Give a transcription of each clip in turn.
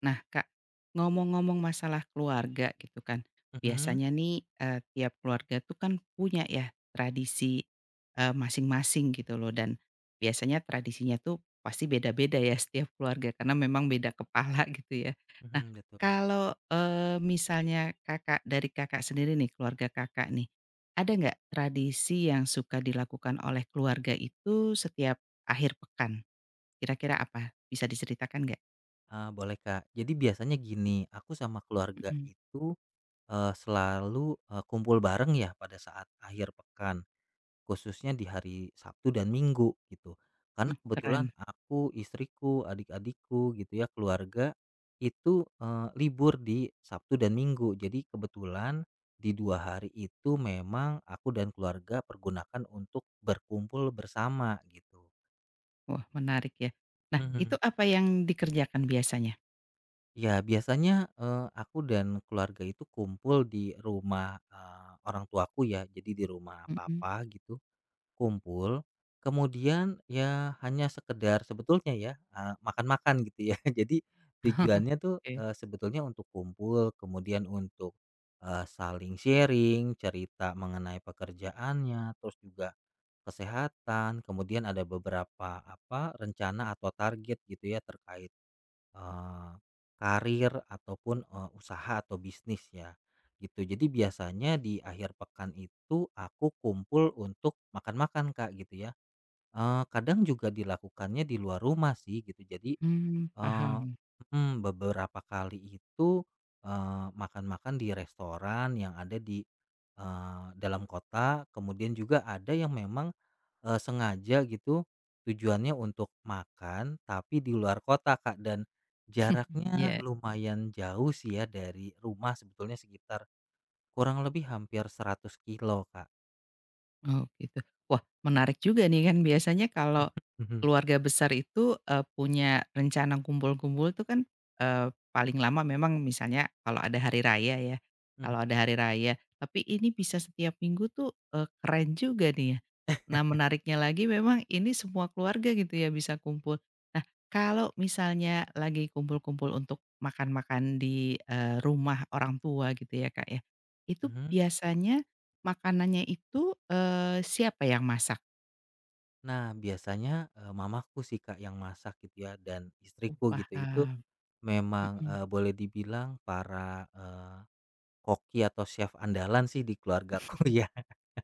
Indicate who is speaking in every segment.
Speaker 1: Nah Kak, ngomong-ngomong masalah keluarga gitu kan,
Speaker 2: Mhm,
Speaker 1: biasanya nih, tiap keluarga tuh kan punya ya tradisi, masing-masing gitu loh dan biasanya tradisinya tuh pasti beda-beda ya setiap keluarga karena memang beda kepala gitu ya. Nah
Speaker 2: mhm, betul.
Speaker 1: kalau, misalnya Kakak dari Kakak sendiri nih, keluarga Kakak nih, ada nggak tradisi yang suka dilakukan oleh keluarga itu setiap akhir pekan? Kira-kira apa? Bisa diceritakan nggak?
Speaker 2: Boleh, Kak. Jadi biasanya gini, aku sama keluarga
Speaker 1: Mhm,
Speaker 2: itu, selalu, kumpul bareng ya pada saat akhir pekan, khususnya di hari Sabtu dan Minggu gitu. Karena
Speaker 1: mh,
Speaker 2: kebetulan
Speaker 1: keren.
Speaker 2: aku, istriku, adik-adikku gitu ya, keluarga itu, libur di Sabtu dan Minggu. Jadi kebetulan di 2 hari itu memang aku dan keluarga pergunakan untuk berkumpul bersama gitu.
Speaker 1: Wah, menarik ya. Nah, itu
Speaker 2: Mhm.
Speaker 1: apa yang dikerjakan biasanya?
Speaker 2: Ya, biasanya, aku dan keluarga itu kumpul di rumah, orang tuaku ya, jadi di rumah
Speaker 1: Mhm.
Speaker 2: papa gitu, kumpul. Kemudian ya hanya sekedar sebetulnya ya, makan-makan gitu ya. Jadi tujuannya tuh,
Speaker 1: Oke.
Speaker 2: sebetulnya untuk kumpul, kemudian untuk, saling sharing, cerita mengenai pekerjaannya, terus juga kesehatan, kemudian ada beberapa apa, rencana atau target gitu ya terkait Eee, karir ataupun, usaha atau bisnis ya, gitu. Jadi biasanya di akhir pekan itu aku kumpul untuk makan-makan Kak, gitu ya. Kadang juga dilakukannya di luar rumah sih gitu. Jadi
Speaker 1: Mmm,
Speaker 2: Eee,
Speaker 1: paham.
Speaker 2: mhm, beberapa kali itu, makan-makan di restoran yang ada di, dalam kota, kemudian juga ada yang memang, sengaja gitu tujuannya untuk makan, tapi di luar kota, Kak, dan jaraknya
Speaker 1: Ya.
Speaker 2: lumayan jauh sih ya dari rumah sebetulnya sekitar kurang lebih hampir 100 kilo Kak.
Speaker 1: Oh gitu. Wah menarik juga nih kan biasanya kalau
Speaker 2: Mhm,
Speaker 1: keluarga besar itu, punya rencana kumpul-kumpul tuh kan, paling lama memang misalnya kalau ada hari raya ya,
Speaker 2: mhm,
Speaker 1: kalau ada hari raya. Tapi ini bisa setiap minggu tuh, keren juga nih ya. Nah menariknya lagi memang ini semua keluarga gitu ya bisa kumpul. Nah kalau misalnya lagi kumpul-kumpul untuk makan-makan di, rumah orang tua gitu ya Kak ya, itu
Speaker 2: mhm.
Speaker 1: biasanya makanannya itu, siapa yang masak?
Speaker 2: Nah, biasanya, mamaku sih, Kak, yang masak gitu ya dan
Speaker 1: Oh
Speaker 2: istriku gitu. Itu
Speaker 1: paham,
Speaker 2: memang,
Speaker 1: mhm.
Speaker 2: boleh dibilang para, koki atau chef andalan sih di keluargaku ya,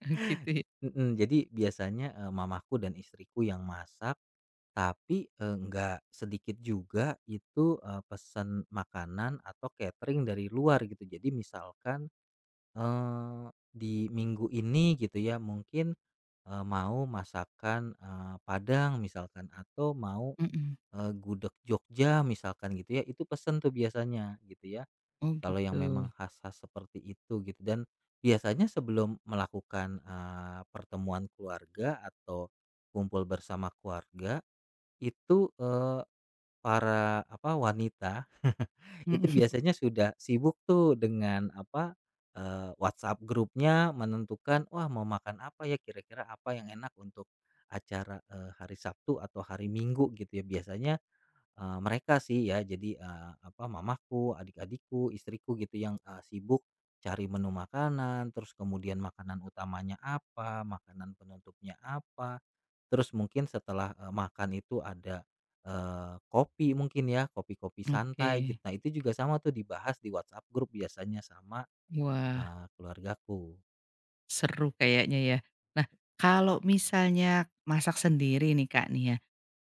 Speaker 1: Gitu ya.
Speaker 2: mhm, jadi biasanya, mamaku dan istriku yang masak, tapi, nggak sedikit juga itu, pesen makanan atau catering dari luar gitu. Jadi misalkan, di minggu ini gitu ya mungkin, mau masakan, Padang misalkan atau mau,
Speaker 1: Mhm.
Speaker 2: gudeg Jogja misalkan gitu ya, itu pesen tuh biasanya gitu ya.
Speaker 1: Oh
Speaker 2: Kalau yang
Speaker 1: gitu.
Speaker 2: memang khas-khas seperti itu gitu dan biasanya sebelum melakukan, pertemuan keluarga atau kumpul bersama keluarga itu, para apa, wanita itu
Speaker 1: Mhm.
Speaker 2: biasanya sudah sibuk tuh dengan apa, WhatsApp grupnya menentukan, "Wah mau makan apa ya, kira-kira apa yang enak untuk acara, hari Sabtu atau hari Minggu?" Gitu ya. Biasanya, mereka sih ya jadi, apa, mamaku, adik-adikku, istriku gitu yang, sibuk cari menu makanan, terus kemudian makanan utamanya apa, makanan penutupnya apa, terus mungkin setelah, makan itu ada, kopi mungkin ya, kopi-kopi
Speaker 1: Oke.
Speaker 2: santai gitu. Nah itu juga sama tuh dibahas di WhatsApp grup biasanya sama,
Speaker 1: Wah,
Speaker 2: keluargaku.
Speaker 1: seru kayaknya ya. Nah, kalau misalnya masak sendiri nih Kak nih ya,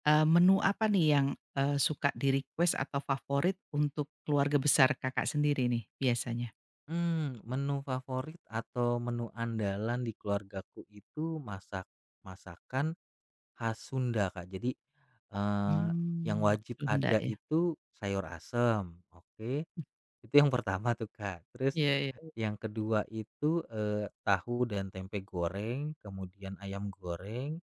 Speaker 1: menu apa nih yang, suka di-request atau favorit untuk keluarga besar Kakak sendiri nih biasanya?
Speaker 2: Hmm, menu favorit atau menu andalan di keluargaku itu masak masakan khas Sunda, Kak. Jadi, eee, yang
Speaker 1: Mmm.
Speaker 2: wajib
Speaker 1: Sunda
Speaker 2: ada
Speaker 1: ya?
Speaker 2: itu sayur asem, oke. Itu yang pertama tuh, Kak. Terus
Speaker 1: Iya iya.
Speaker 2: yang kedua itu, tahu dan tempe goreng, kemudian ayam goreng,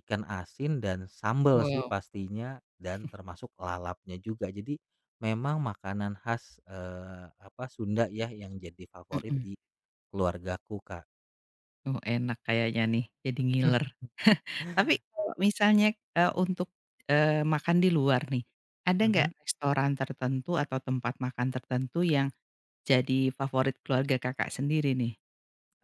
Speaker 2: ikan asin, dan sambal sih
Speaker 1: Wow.
Speaker 2: pastinya, dan termasuk lalapnya juga. Jadi memang makanan khas, apa, Sunda ya yang jadi favorit
Speaker 1: Mhm.
Speaker 2: di keluargaku, Kak.
Speaker 1: Oh enak kayaknya nih, jadi ngiler. Tapi kalau misalnya, untuk, makan di luar nih, ada
Speaker 2: Mhm.
Speaker 1: nggak restoran tertentu atau tempat makan tertentu yang jadi favorit keluarga Kakak sendiri nih?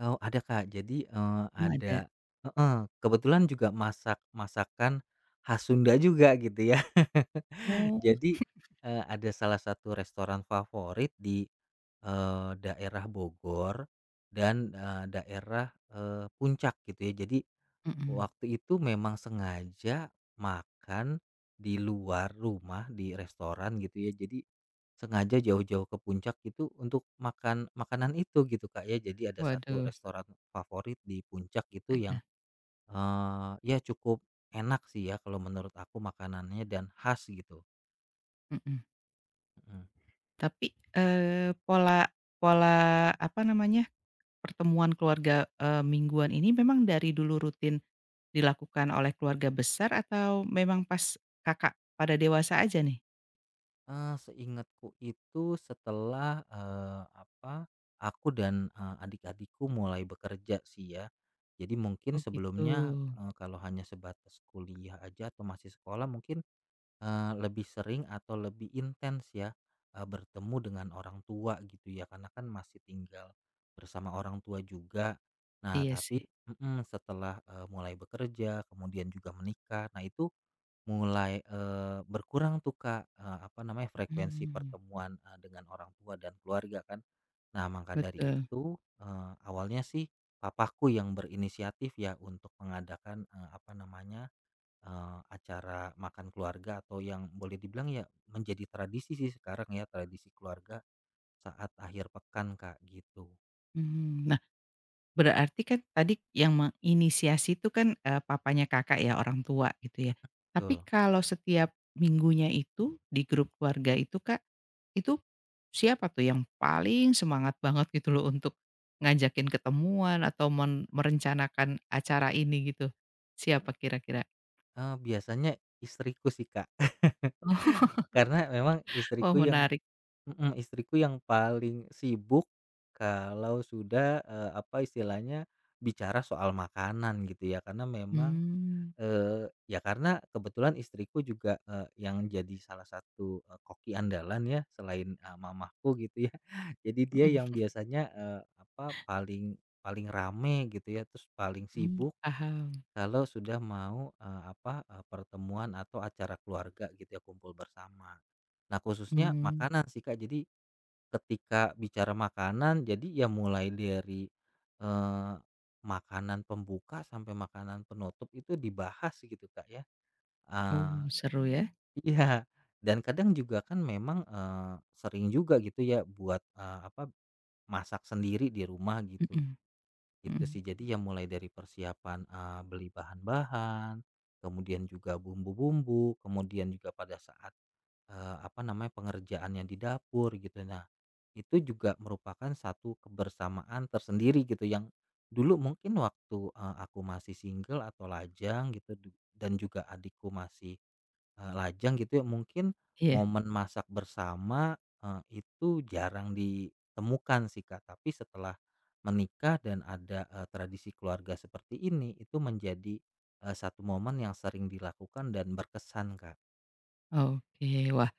Speaker 2: Oh, ada Kak. Jadi,
Speaker 1: Oh ada.
Speaker 2: ada heeh, kebetulan juga masak masakan khas Sunda juga gitu ya.
Speaker 1: Oh,
Speaker 2: Jadi, ada salah satu restoran favorit di, daerah Bogor dan, daerah, Puncak gitu ya. Jadi
Speaker 1: mhm.
Speaker 2: waktu itu memang sengaja makan di luar rumah, di restoran gitu ya. Jadi sengaja jauh-jauh ke puncak gitu untuk makan makanan itu gitu, Kak, ya. Jadi ada satu
Speaker 1: Waduh,
Speaker 2: restoran favorit di puncak gitu yang,
Speaker 1: heeh,
Speaker 2: ya cukup enak sih ya kalau menurut aku makanannya dan khas gitu.
Speaker 1: mhm.
Speaker 2: Mhm.
Speaker 1: Tapi, pola pola apa namanya, pertemuan keluarga, mingguan ini memang dari dulu rutin dilakukan oleh keluarga besar atau memang pas Kakak pada dewasa aja nih?
Speaker 2: Seingatku itu setelah, apa, aku dan, adik-adikku mulai bekerja sih ya. Jadi mungkin
Speaker 1: Oh gitu,
Speaker 2: sebelumnya, kalau hanya sebatas kuliah aja atau masih sekolah mungkin, lebih sering atau lebih intens ya, bertemu dengan orang tua gitu ya, karena kan masih tinggal bersama orang tua juga. Nah
Speaker 1: iya
Speaker 2: tapi
Speaker 1: sih.
Speaker 2: mhm, setelah, mulai bekerja kemudian juga menikah, nah itu mulai, berkurang tuh, Kak, apa namanya, frekuensi
Speaker 1: Mhm.
Speaker 2: pertemuan, dengan orang tua dan keluarga kan. Nah, maka dari
Speaker 1: Betul,
Speaker 2: itu, awalnya sih papaku yang berinisiatif ya untuk mengadakan, apa namanya, acara makan keluarga atau yang boleh dibilang ya menjadi tradisi sih sekarang ya, tradisi keluarga saat akhir pekan, Kak, gitu.
Speaker 1: mmm. Nah, berarti kan tadi yang menginisiasi itu kan, papanya Kakak ya, orang tua gitu ya. Tapi
Speaker 2: Betul.
Speaker 1: kalau setiap minggunya itu di grup keluarga itu Kak, itu siapa tuh yang paling semangat banget gitu loh untuk ngajakin ketemuan atau merencanakan acara ini gitu? Siapa kira-kira?
Speaker 2: Biasanya istriku sih, Kak.
Speaker 1: Oh.
Speaker 2: Karena memang
Speaker 1: Oh
Speaker 2: istriku yang
Speaker 1: menarik.
Speaker 2: Mhm, istriku yang paling sibuk kalau sudah, apa istilahnya, bicara soal makanan gitu ya. Karena memang,
Speaker 1: Mmm,
Speaker 2: ya karena kebetulan istriku juga, yang jadi salah satu, koki andalan ya selain, mamahku gitu ya. Jadi dia
Speaker 1: mhm,
Speaker 2: yang biasanya, apa, paling paling rame gitu ya, terus paling
Speaker 1: Mmm.
Speaker 2: sibuk
Speaker 1: Paham.
Speaker 2: kalau sudah mau, apa, pertemuan atau acara keluarga gitu ya, kumpul bersama. Nah khususnya
Speaker 1: Mmm.
Speaker 2: makanan sih Kak, jadi ketika bicara makanan jadi ya mulai dari, eee, makanan pembuka sampai makanan penutup itu dibahas gitu, Kak, ya.
Speaker 1: Oh,
Speaker 2: Eee
Speaker 1: seru ya?
Speaker 2: iya, dan kadang juga kan memang, sering juga gitu ya buat, apa, masak sendiri di rumah gitu.
Speaker 1: Mhm
Speaker 2: Itu
Speaker 1: mhm.
Speaker 2: sih jadi ya mulai dari persiapan, beli bahan-bahan, kemudian juga bumbu-bumbu, kemudian juga pada saat apa namanya, pengerjaannya di dapur gitu. Nah, itu juga merupakan satu kebersamaan tersendiri gitu yang dulu mungkin waktu, aku masih single atau lajang gitu dan juga adikku masih, lajang gitu ya, mungkin
Speaker 1: Iya,
Speaker 2: momen masak bersama, itu jarang ditemukan sih, Kak. Tapi setelah menikah dan ada, tradisi keluarga seperti ini, itu menjadi, satu momen yang sering dilakukan dan berkesan, Kak.
Speaker 1: oke. Wah,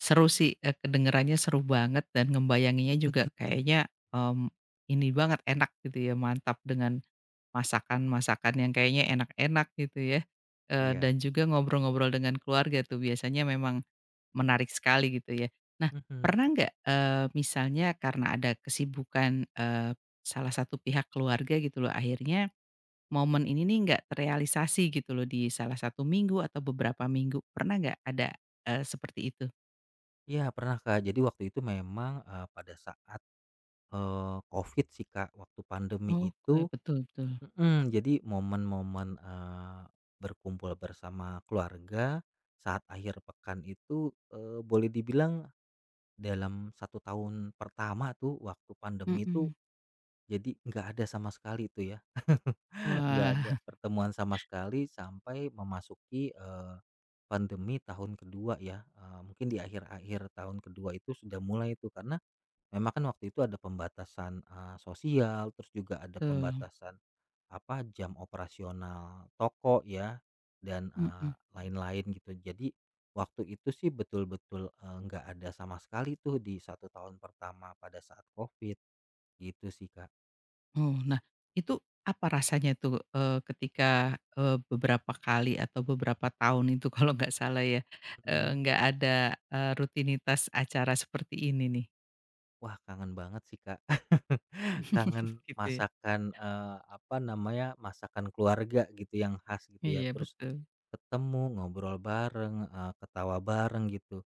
Speaker 1: seru sih, kedengerannya seru banget dan ngebayanginnya juga kayaknya, mmm, ini banget, enak gitu ya, mantap dengan masakan-masakan yang kayaknya enak-enak gitu ya,
Speaker 2: Iya.
Speaker 1: dan juga ngobrol-ngobrol dengan keluarga tuh biasanya memang menarik sekali gitu ya. Nah,
Speaker 2: Mhm.
Speaker 1: pernah nggak, misalnya karena ada kesibukan, salah satu pihak keluarga gitu loh, akhirnya momen ini nih nggak terrealisasi gitu loh di salah satu minggu atau beberapa minggu, pernah nggak ada, seperti itu?
Speaker 2: Iya pernah Kak, jadi waktu itu memang, pada saat, Covid sih Kak, waktu pandemi
Speaker 1: Oke,
Speaker 2: itu
Speaker 1: betul betul.
Speaker 2: mhm, jadi momen-momen, berkumpul bersama keluarga saat akhir pekan itu, boleh dibilang dalam satu tahun pertama tuh waktu pandemi itu
Speaker 1: Mhm.
Speaker 2: jadi nggak ada sama sekali tuh ya, nggak ada
Speaker 1: Wah.
Speaker 2: pertemuan sama sekali sampai memasuki, pandemi tahun kedua ya, mungkin di akhir-akhir tahun kedua itu sudah mulai tuh karena memang kan waktu itu ada pembatasan, sosial, terus juga ada
Speaker 1: Betul,
Speaker 2: pembatasan, apa, jam operasional toko ya, dan,
Speaker 1: mhm.
Speaker 2: lain-lain gitu. Jadi, waktu itu sih betul-betul, nggak ada sama sekali tuh di satu tahun pertama pada saat Covid, gitu sih, Kak.
Speaker 1: Oh, nah itu apa rasanya tuh, ketika, beberapa kali atau beberapa tahun itu kalau nggak salah ya,
Speaker 2: Mhm.
Speaker 1: nggak ada, rutinitas acara seperti ini nih?
Speaker 2: Wah, kangen banget sih, Kak. Kangen
Speaker 1: Gitu ya?
Speaker 2: masakan, apa namanya, masakan keluarga gitu yang khas gitu ya,
Speaker 1: Iya,
Speaker 2: terus
Speaker 1: betul.
Speaker 2: ketemu, ngobrol bareng, ketawa bareng gitu.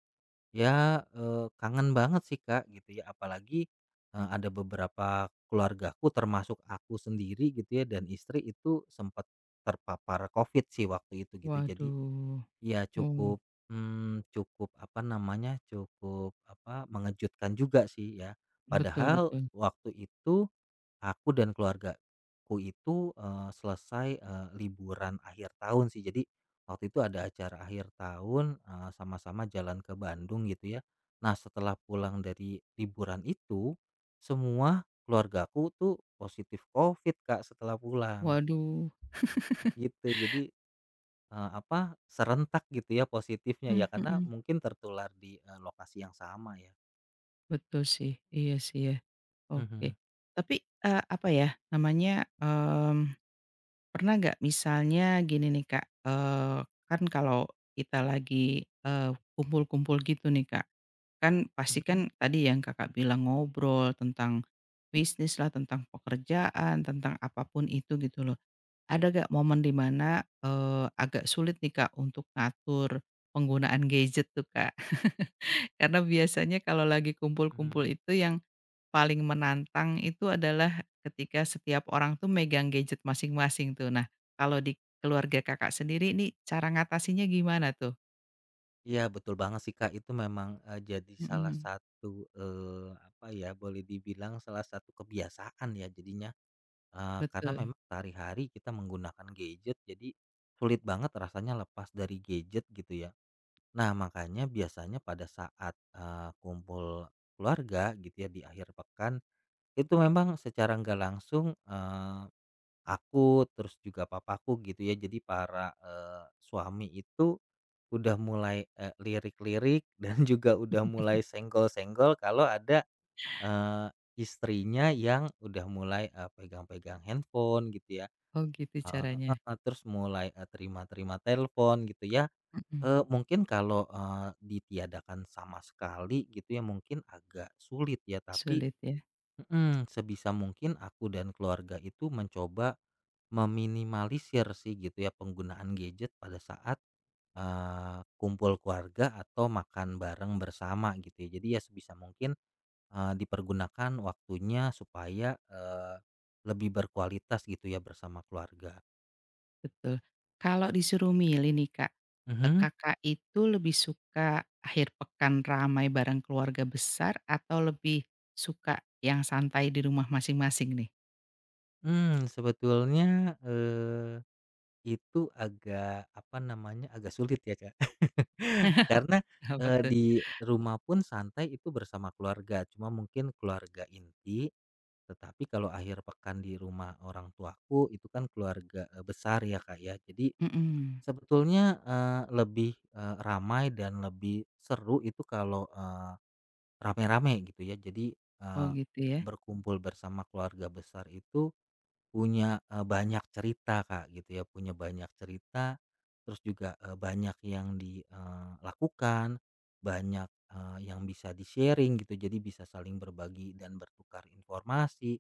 Speaker 2: Ya, kangen banget sih, Kak, gitu ya. Apalagi, ada beberapa keluargaku termasuk aku sendiri gitu ya dan istri itu sempat terpapar Covid sih waktu itu gitu. Jadi
Speaker 1: Waduh.
Speaker 2: ya
Speaker 1: Oh,
Speaker 2: cukup, cukup apa namanya, cukup apa, mengejutkan juga sih ya.
Speaker 1: betul
Speaker 2: Padahal
Speaker 1: betul.
Speaker 2: waktu itu aku dan keluargaku itu, selesai, liburan akhir tahun sih. Jadi waktu itu ada acara akhir tahun, sama-sama jalan ke Bandung gitu ya. Nah setelah pulang dari liburan itu, semua keluargaku tuh positif Covid Kak setelah pulang,
Speaker 1: Waduh.
Speaker 2: gitu. Jadi, apa, serentak gitu ya positifnya ya
Speaker 1: Mmm,
Speaker 2: karena
Speaker 1: mhm.
Speaker 2: mungkin tertular di, lokasi yang sama ya.
Speaker 1: Betul sih, iya sih ya,
Speaker 2: Mhm,
Speaker 1: oke. Tapi, apa ya namanya, pernah nggak misalnya gini nih Kak, kan kalau kita lagi, kumpul-kumpul gitu nih Kak, kan pasti
Speaker 2: mhm,
Speaker 1: kan tadi yang Kakak bilang ngobrol tentang bisnis lah tentang pekerjaan, tentang apapun itu gitu loh. Ada nggak momen di mana, agak sulit nih Kak untuk ngatur penggunaan gadget tuh Kak? Karena biasanya kalau lagi
Speaker 2: mhm.
Speaker 1: kumpul-kumpul itu yang paling menantang itu adalah ketika setiap orang tuh megang gadget masing-masing tuh. Nah, kalau di keluarga Kakak sendiri ini cara ngatasinnya gimana tuh?
Speaker 2: Iya betul banget sih Kak, itu memang, jadi salah
Speaker 1: Mhm.
Speaker 2: satu, apa ya, boleh dibilang salah satu kebiasaan ya jadinya, karena
Speaker 1: Betul.
Speaker 2: memang sehari-hari kita menggunakan gadget jadi sulit banget rasanya lepas dari gadget gitu ya. Nah makanya biasanya pada saat, kumpul keluarga gitu ya di akhir pekan, itu memang secara nggak langsung, aku, terus juga papaku gitu ya. Jadi para, suami itu udah mulai, lirik-lirik dan juga udah mulai senggol-senggol kalau ada, eee, istrinya yang udah mulai, pegang-pegang handphone gitu ya,
Speaker 1: Oh gitu caranya.
Speaker 2: terus mulai, terima-terima telepon gitu ya.
Speaker 1: Mhm.
Speaker 2: Mungkin kalau, ditiadakan sama sekali gitu ya mungkin agak sulit ya, tapi
Speaker 1: Sulit ya,
Speaker 2: mhm, sebisa mungkin aku dan keluarga itu mencoba meminimalisir sih gitu ya penggunaan gadget pada saat, kumpul keluarga atau makan bareng bersama gitu ya. Jadi ya sebisa mungkin, dipergunakan waktunya supaya, lebih berkualitas gitu ya bersama keluarga.
Speaker 1: betul. Kalau disuruh milih nih Kak,
Speaker 2: Mhm,
Speaker 1: Kakak itu lebih suka akhir pekan ramai bareng keluarga besar atau lebih suka yang santai di rumah masing-masing nih?
Speaker 2: mmm, Sebetulnya, itu agak apa namanya, agak sulit ya Kak karena,
Speaker 1: Apa tuh?
Speaker 2: di rumah pun santai itu bersama keluarga cuma mungkin keluarga inti. Tetapi kalau akhir pekan di rumah orang tuaku itu kan keluarga, besar ya, Kak, ya. Jadi
Speaker 1: Mhm.
Speaker 2: sebetulnya, lebih, ramai dan lebih seru itu kalau, rame-rame gitu ya. Jadi,
Speaker 1: Oh
Speaker 2: eee,
Speaker 1: gitu ya?
Speaker 2: berkumpul bersama keluarga besar itu punya, banyak cerita Kak, gitu ya, punya banyak cerita, terus juga, banyak yang dilakukan banyak, yang bisa di-sharing gitu, jadi bisa saling berbagi dan bertukar informasi,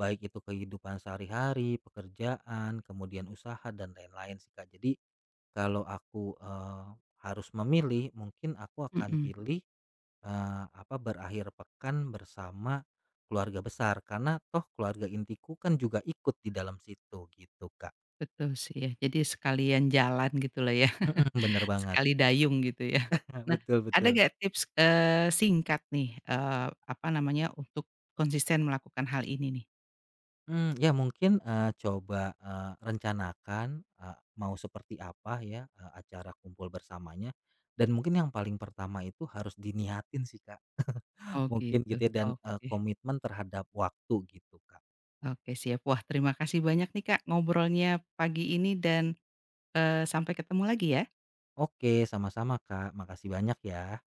Speaker 2: baik itu kehidupan sehari-hari, pekerjaan, kemudian usaha dan lain-lain sih Kak. Jadi, kalau aku, harus memilih, mungkin aku akan
Speaker 1: Mhm.
Speaker 2: pilih apa, berakhir pekan bersama keluarga besar, karena toh keluarga intiku kan juga ikut di dalam situ gitu, Kak.
Speaker 1: Betul sih ya, jadi sekalian jalan gitu lah ya,
Speaker 2: Mhm, bener banget.
Speaker 1: sekali dayung gitu ya. Nah,
Speaker 2: Betul,
Speaker 1: ada
Speaker 2: betul.
Speaker 1: nggak tips, singkat nih, apa namanya, untuk konsisten melakukan hal ini nih?
Speaker 2: Ya mungkin, coba, rencanakan, mau seperti apa ya, acara kumpul bersamanya dan mungkin yang paling pertama itu harus diniatin sih, Kak,
Speaker 1: Oh
Speaker 2: mungkin
Speaker 1: gitu,
Speaker 2: gitu ya dan,
Speaker 1: oke
Speaker 2: komitmen terhadap waktu gitu, Kak.
Speaker 1: oke siap. Wah terima kasih banyak nih Kak, ngobrolnya pagi ini dan, sampai ketemu lagi ya.
Speaker 2: Oke, sama-sama, Kak, makasih banyak ya.